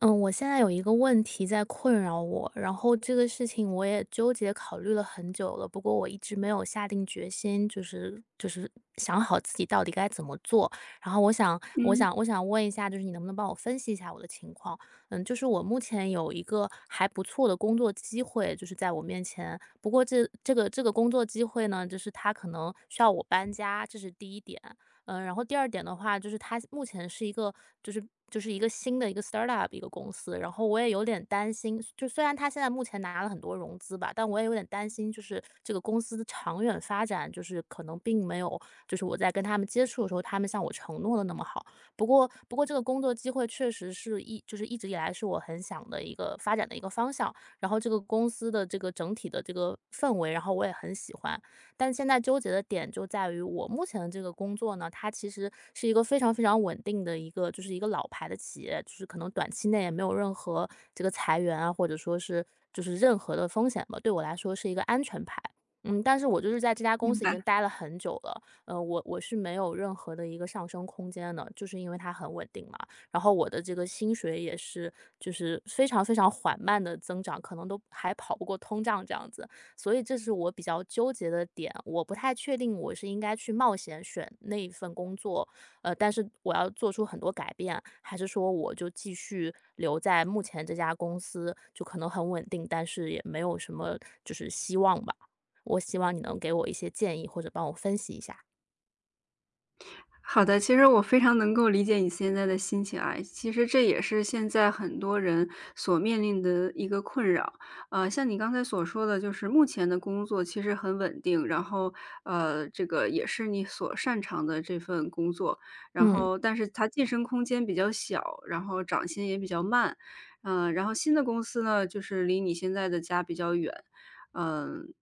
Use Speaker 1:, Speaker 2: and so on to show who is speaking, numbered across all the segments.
Speaker 1: 嗯，我现在有一个问题在困扰我，然后这个事情我也纠结考虑了很久了，不过我一直没有下定决心，就是想好自己到底该怎么做。然后我想，我
Speaker 2: 嗯，
Speaker 1: 想，我想问一下，就是你能不能帮我分析一下我的情况？嗯，就是我目前有一个还不错的工作机会，就是在我面前。不过这个工作机会呢，就是它可能需要我搬家，这是第一点。嗯，然后第二点的话，就是它目前是一个就是就是一个新的一个 startup 一个公司，然后我也有点担心，就虽然它现在目前拿了很多融资吧，但我也有点担心，就是这个公司的长远发展，就是可能并没有，就是我在跟他们接触的时候，他们向我承诺的那么好。不过这个工作机会确实是一就是一直以来是我很想的一个发展的一个方向，然后这个公司的这个整体的这个氛围，然后我也很喜欢。但现在纠结的点就在于我目前的这个工作呢，它其实是一个非常非常稳定的一个，就是一个老牌的企业，就是可能短期内也没有任何这个裁员啊，或者说是就是任何的风险吧，对我来说是一个安全牌。嗯，但是我就是在这家公
Speaker 2: 明
Speaker 1: 司已
Speaker 2: 白。
Speaker 1: 经待了很久了，我是没有任何的一个上升空间的，就是因为它很稳定嘛。然后我的这个薪水也是就是非常非常缓慢的增长，可能都还跑不过通胀这样子。所以这是我比较纠结的点，我不太确定我是应该去冒险选那一份工作，但是我要做出很多改变，还是说我就继续留在目前这家公司，就可能很稳定，但是也没有什么就是希望吧。我希望你能给我一些建议，或者帮我分析一下。
Speaker 2: 好的，其实我非常能够理解你现在的心情啊，其实这也是现在很多人所面临的一个困扰。像你刚才所说的，就是目前的工作其实很稳定，然后这个也是你所擅长的这份工作，然
Speaker 1: 嗯
Speaker 2: 后但是它晋升空间比较小，然后涨薪也比较慢，嗯，然后新的公司呢，就是离你现在的家比较远，嗯、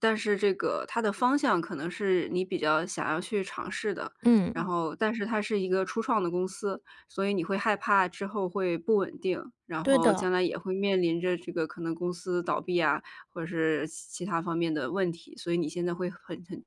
Speaker 2: 但是这个它的方向可能是你比较想要去尝试的，然
Speaker 1: 嗯，
Speaker 2: 后但是它是一个初创的公司，所以你会害怕之后会不稳定，然
Speaker 1: 对
Speaker 2: 后
Speaker 1: 的。
Speaker 2: 将来也会面临着这个可能公司倒闭啊，或者是其他方面的问题，所以你现在会很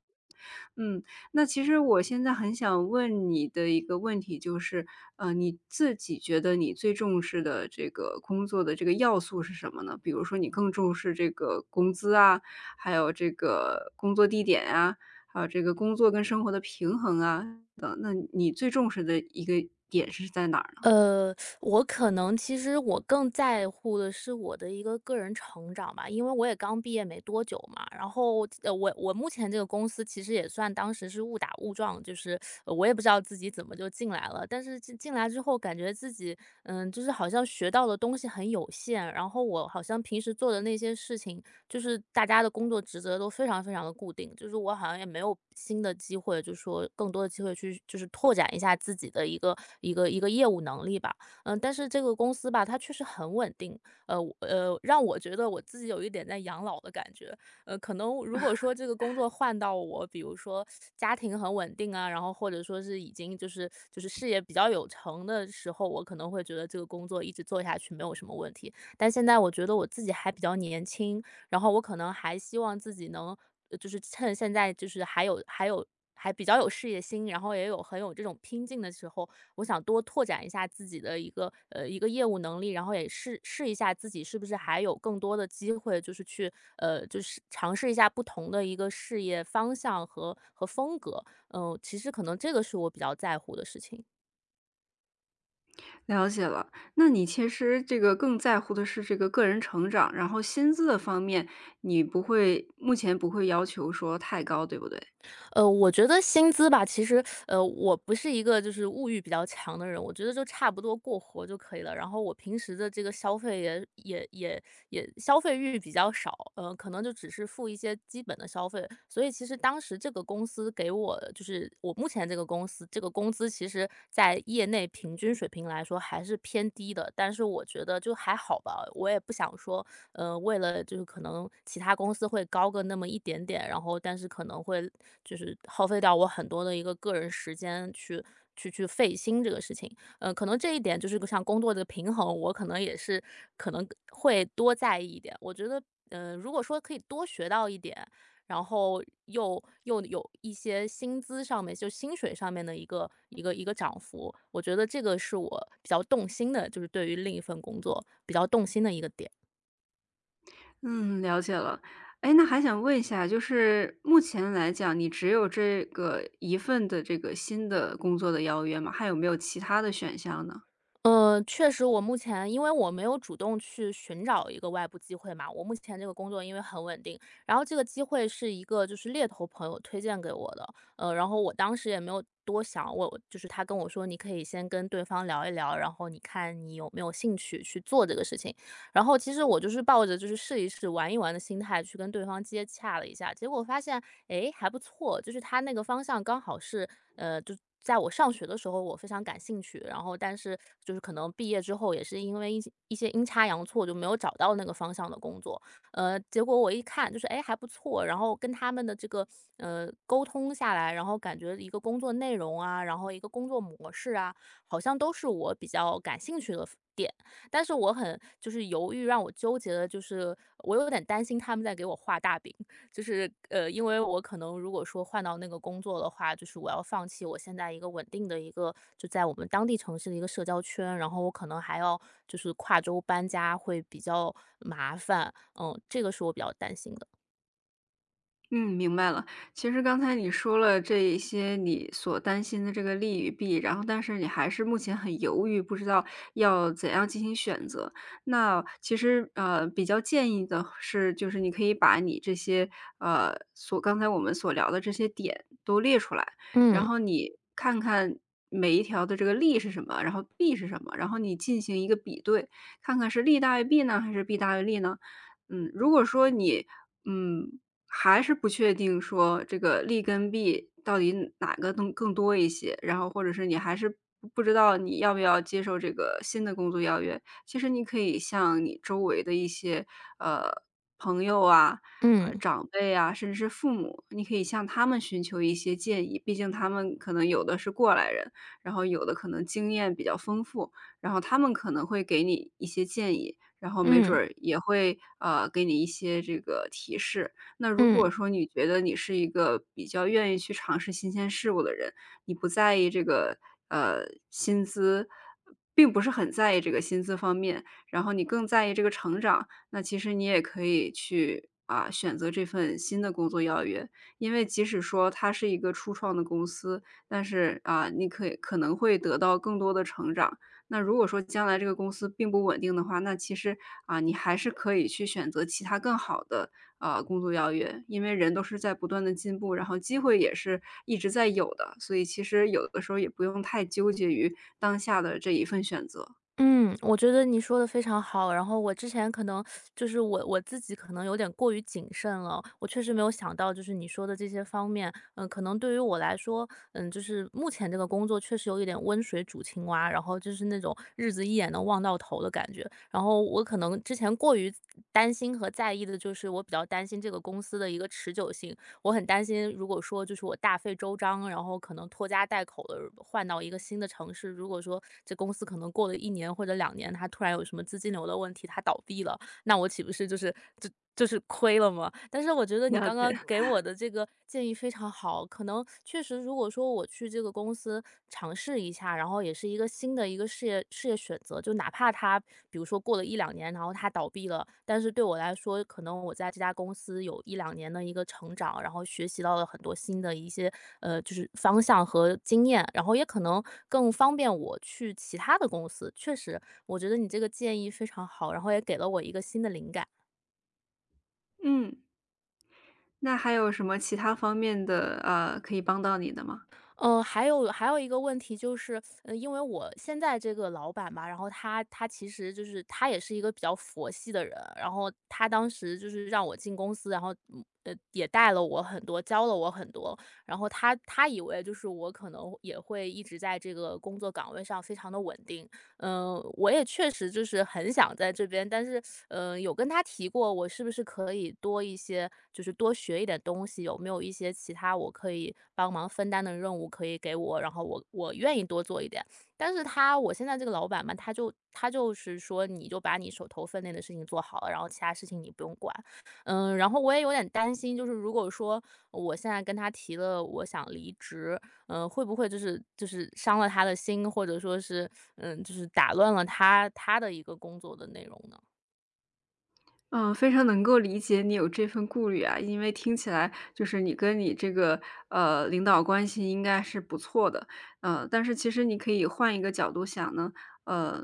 Speaker 2: 嗯。那其实我现在很想问你的一个问题就是，你自己觉得你最重视的这个工作的这个要素是什么呢？比如说你更重视这个工资啊，还有这个工作地点啊，还有这个工作跟生活的平衡啊等，那你最重视的一个点是在哪儿呢？
Speaker 1: 我可能其实我更在乎的是我的一个个人成长吧，因为我也刚毕业没多久嘛。然后，我目前这个公司其实也算当时是误打误撞，就是我也不知道自己怎么就进来了，但是进来之后感觉自己就是好像学到的东西很有限，然后我好像平时做的那些事情，就是大家的工作职责都非常非常的固定，就是我好像也没有新的机会，就是说更多的机会去就是拓展一下自己的一个业务能力吧。嗯，但是这个公司吧，它确实很稳定，呃我呃，让我觉得我自己有一点在养老的感觉，可能如果说这个工作换到我，比如说家庭很稳定啊，然后或者说是已经就是事业比较有成的时候，我可能会觉得这个工作一直做下去没有什么问题。但现在我觉得我自己还比较年轻，然后我可能还希望自己能，就是趁现在就是还有还比较有事业心，然后也有很有这种拼劲的时候，我想多拓展一下自己的一个一个业务能力，然后也试试一下自己是不是还有更多的机会，就是去就是尝试一下不同的一个事业方向和风格。其实可能这个是我比较在乎的事情。
Speaker 2: 了解了，那你其实这个更在乎的是这个个人成长，然后薪资的方面，你不会目前不会要求说太高，对不对？
Speaker 1: 我觉得薪资吧，其实，我不是一个就是物欲比较强的人，我觉得就差不多过活就可以了。然后我平时的这个消费也消费欲比较少，可能就只是付一些基本的消费。所以其实当时这个公司给我就是我目前这个公司这个工资，其实在业内平均水平来说还是偏低的，但是我觉得就还好吧，我也不想说为了就是可能其他公司会高个那么一点点，然后但是可能会就是耗费掉我很多的一个个人时间去费心这个事情。可能这一点就是像工作的平衡，我可能也是可能会多在意一点。我觉得，如果说可以多学到一点，然后又有一些薪资上面，就薪水上面的一个涨幅，我觉得这个是我比较动心的，就是对于另一份工作比较动心的一个点。
Speaker 2: 嗯，了解了。哎，那还想问一下，就是目前来讲，你只有这个一份的这个新的工作的邀约吗？还有没有其他的选项呢？
Speaker 1: 嗯，确实，我目前因为我没有主动去寻找一个外部机会嘛，我目前这个工作因为很稳定，然后这个机会是一个就是猎头朋友推荐给我的，然后我当时也没有多想，我就是他跟我说你可以先跟对方聊一聊，然后你看你有没有兴趣去做这个事情，然后其实我就是抱着就是试一试、玩一玩的心态去跟对方接洽了一下，结果发现，诶，还不错，就是他那个方向刚好是，就在我上学的时候我非常感兴趣，然后但是就是可能毕业之后也是因为一些阴差阳错就没有找到那个方向的工作，结果我一看就是，诶，还不错，然后跟他们的这个，沟通下来，然后感觉一个工作内容啊，然后一个工作模式啊，好像都是我比较感兴趣的。但是我很就是犹豫，让我纠结的就是，我有点担心他们在给我画大饼，就是因为我可能如果说换到那个工作的话，就是我要放弃我现在一个稳定的一个就在我们当地城市的一个社交圈，然后我可能还要就是跨州搬家会比较麻烦，嗯，这个是我比较担心的。
Speaker 2: 嗯，明白了。其实刚才你说了这一些你所担心的这个利与弊，然后但是你还是目前很犹豫，不知道要怎样进行选择。那其实比较建议的是，就是你可以把你这些刚才我们所聊的这些点都列出来，然
Speaker 1: 嗯
Speaker 2: 后你看看。每一条的这个利是什么，然后弊是什么，然后你进行一个比对，看看是利大于弊呢，还是弊大于利呢？嗯，如果说你嗯还是不确定说这个利跟弊到底哪个更多一些，然后或者是你还是不知道你要不要接受这个新的工作邀约。其实你可以向你周围的一些，呃，朋友啊，
Speaker 1: 嗯
Speaker 2: 长辈啊，甚至是父母，你可以向他们寻求一些建议。毕竟他们可能有的是过来人，然后有的可能经验比较丰富，然后他们可能会给你一些建议，然后没准
Speaker 1: 嗯
Speaker 2: 儿也会，给你一些这个提示。那如
Speaker 1: 嗯。
Speaker 2: 果说你觉得你是一个比较愿意去尝试新鲜事物的人，你不在意这个，呃，薪资并不是很在意这个薪资方面，然后你更在意这个成长，那其实你也可以去，啊，选择这份新的工作邀约。因为即使说它是一个初创的公司，但是，啊，你可以可能会得到更多的成长。那如果说将来这个公司并不稳定的话，那其实，啊，你还是可以去选择其他更好的工作邀约，因为人都是在不断的进步，然后机会也是一直在有的，所以其实有的时候也不用太纠结于当下的这一份选择。
Speaker 1: 嗯，我觉得你说的非常好。然后我之前可能就是我自己可能有点过于谨慎了，我确实没有想到就是你说的这些方面。嗯，可能对于我来说，嗯，就是目前这个工作确实有一点温水煮青蛙，然后就是那种日子一眼能望到头的感觉。然后我可能之前过于担心和在意的就是我比较担心这个公司的一个持久性，我很担心，如果说就是我大费周章，然后可能拖家带口的换到一个新的城市，如果说这公司可能过了一年或者两年，它突然有什么资金流的问题，它倒闭了，那我岂不是就是就就是亏了吗？但是我觉得你
Speaker 2: 了
Speaker 1: 刚
Speaker 2: 解。
Speaker 1: 刚给 我的这个建议非常好，可能确实如果说我去这个公司尝试一下，然后也是一个新的一个事业选择，就哪怕它比如说过了一两年，然后它倒闭了，但是对我来说，可能我在这家公司有一两年的一个成长，然后学习到了很多新的一些就是方向和经验，然后也可能更方便我去其他的公司。确实，我觉得你这个建议非常好，然后也给了我一个新的灵感。
Speaker 2: 嗯，那还有什么其他方面的，可以帮到你的吗？
Speaker 1: 嗯，还有一个问题就是，因为我现在这个老板吧，然后他其实就是他也是一个比较佛系的人，然后他当时就是让我进公司，然后也带了我很多，教了我很多，然后他以为就是我可能也会一直在这个工作岗位上非常的稳定，我也确实就是很想在这边，但是，有跟他提过，我是不是可以多一些，就是多学一点东西，有没有一些其他我可以帮忙分担的任务可以给我，然后我愿意多做一点。但是我现在这个老板嘛，他就是说，你就把你手头分内的事情做好了，然后其他事情你不用管。然后我也有点担心，就是如果说我现在跟他提了我想离职，会不会就是伤了他的心，或者说是，就是打乱了他的一个工作的内容呢？
Speaker 2: 嗯，非常能够理解你有这份顾虑啊，因为听起来就是你跟你这个领导关系应该是不错的，但是其实你可以换一个角度想呢，呃，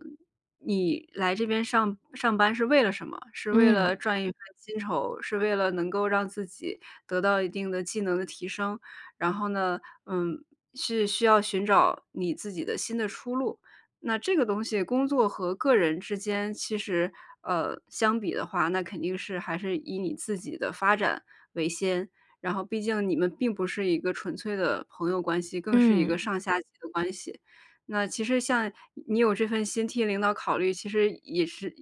Speaker 2: 你来这边上班是为了什么？是为了
Speaker 1: 嗯
Speaker 2: 赚一份薪酬，是为了能够让自己得到一定的技能的提升，然后呢，嗯，是需要寻找你自己的新的出路。那这个东西工作和个人之间其实，相比的话，那肯定是还是以你自己的发展为先。然后毕竟你们并不是一个纯粹的朋友关系，更是一个
Speaker 1: 嗯。
Speaker 2: 上下级的关系。那其实像你有这份心替领导考虑，其实也是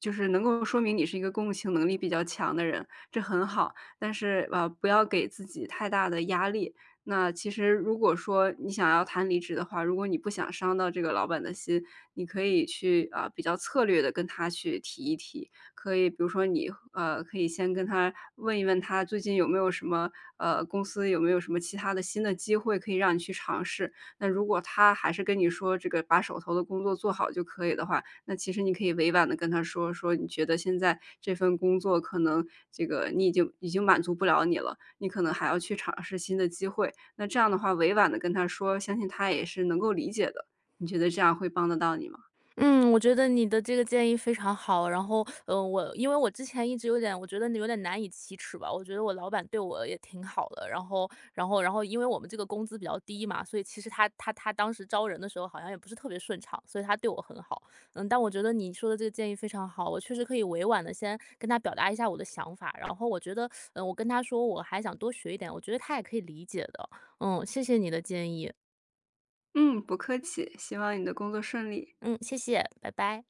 Speaker 2: 就是能够说明你是一个共情能力比较强的人，这很好。但是，不要给自己太大的压力。那其实如果说你想要谈离职的话，如果你不想伤到这个老板的心，你可以去啊、比较策略的跟他去提一提，可以比如说你可以先跟他问一问他最近有没有什么公司有没有什么其他的新的机会可以让你去尝试。那如果他还是跟你说这个把手头的工作做好就可以的话，那其实你可以委婉的跟他说说你觉得现在这份工作可能这个你已经满足不了你了，你可能还要去尝试新的机会。那这样的话，委婉的跟他说，相信他也是能够理解的。你觉得这样会帮得到你吗？
Speaker 1: 嗯，我觉得你的这个建议非常好。然后，我因为我之前一直有点，我觉得你有点难以启齿吧。我觉得我老板对我也挺好的。然后，因为我们这个工资比较低嘛，所以其实他当时招人的时候好像也不是特别顺畅，所以他对我很好。嗯，但我觉得你说的这个建议非常好，我确实可以委婉的先跟他表达一下我的想法。然后我觉得，我跟他说我还想多学一点，我觉得他也可以理解的。嗯，谢谢你的建议。
Speaker 2: 嗯，不客气，希望你的工作顺利。
Speaker 1: 嗯，谢谢，拜拜。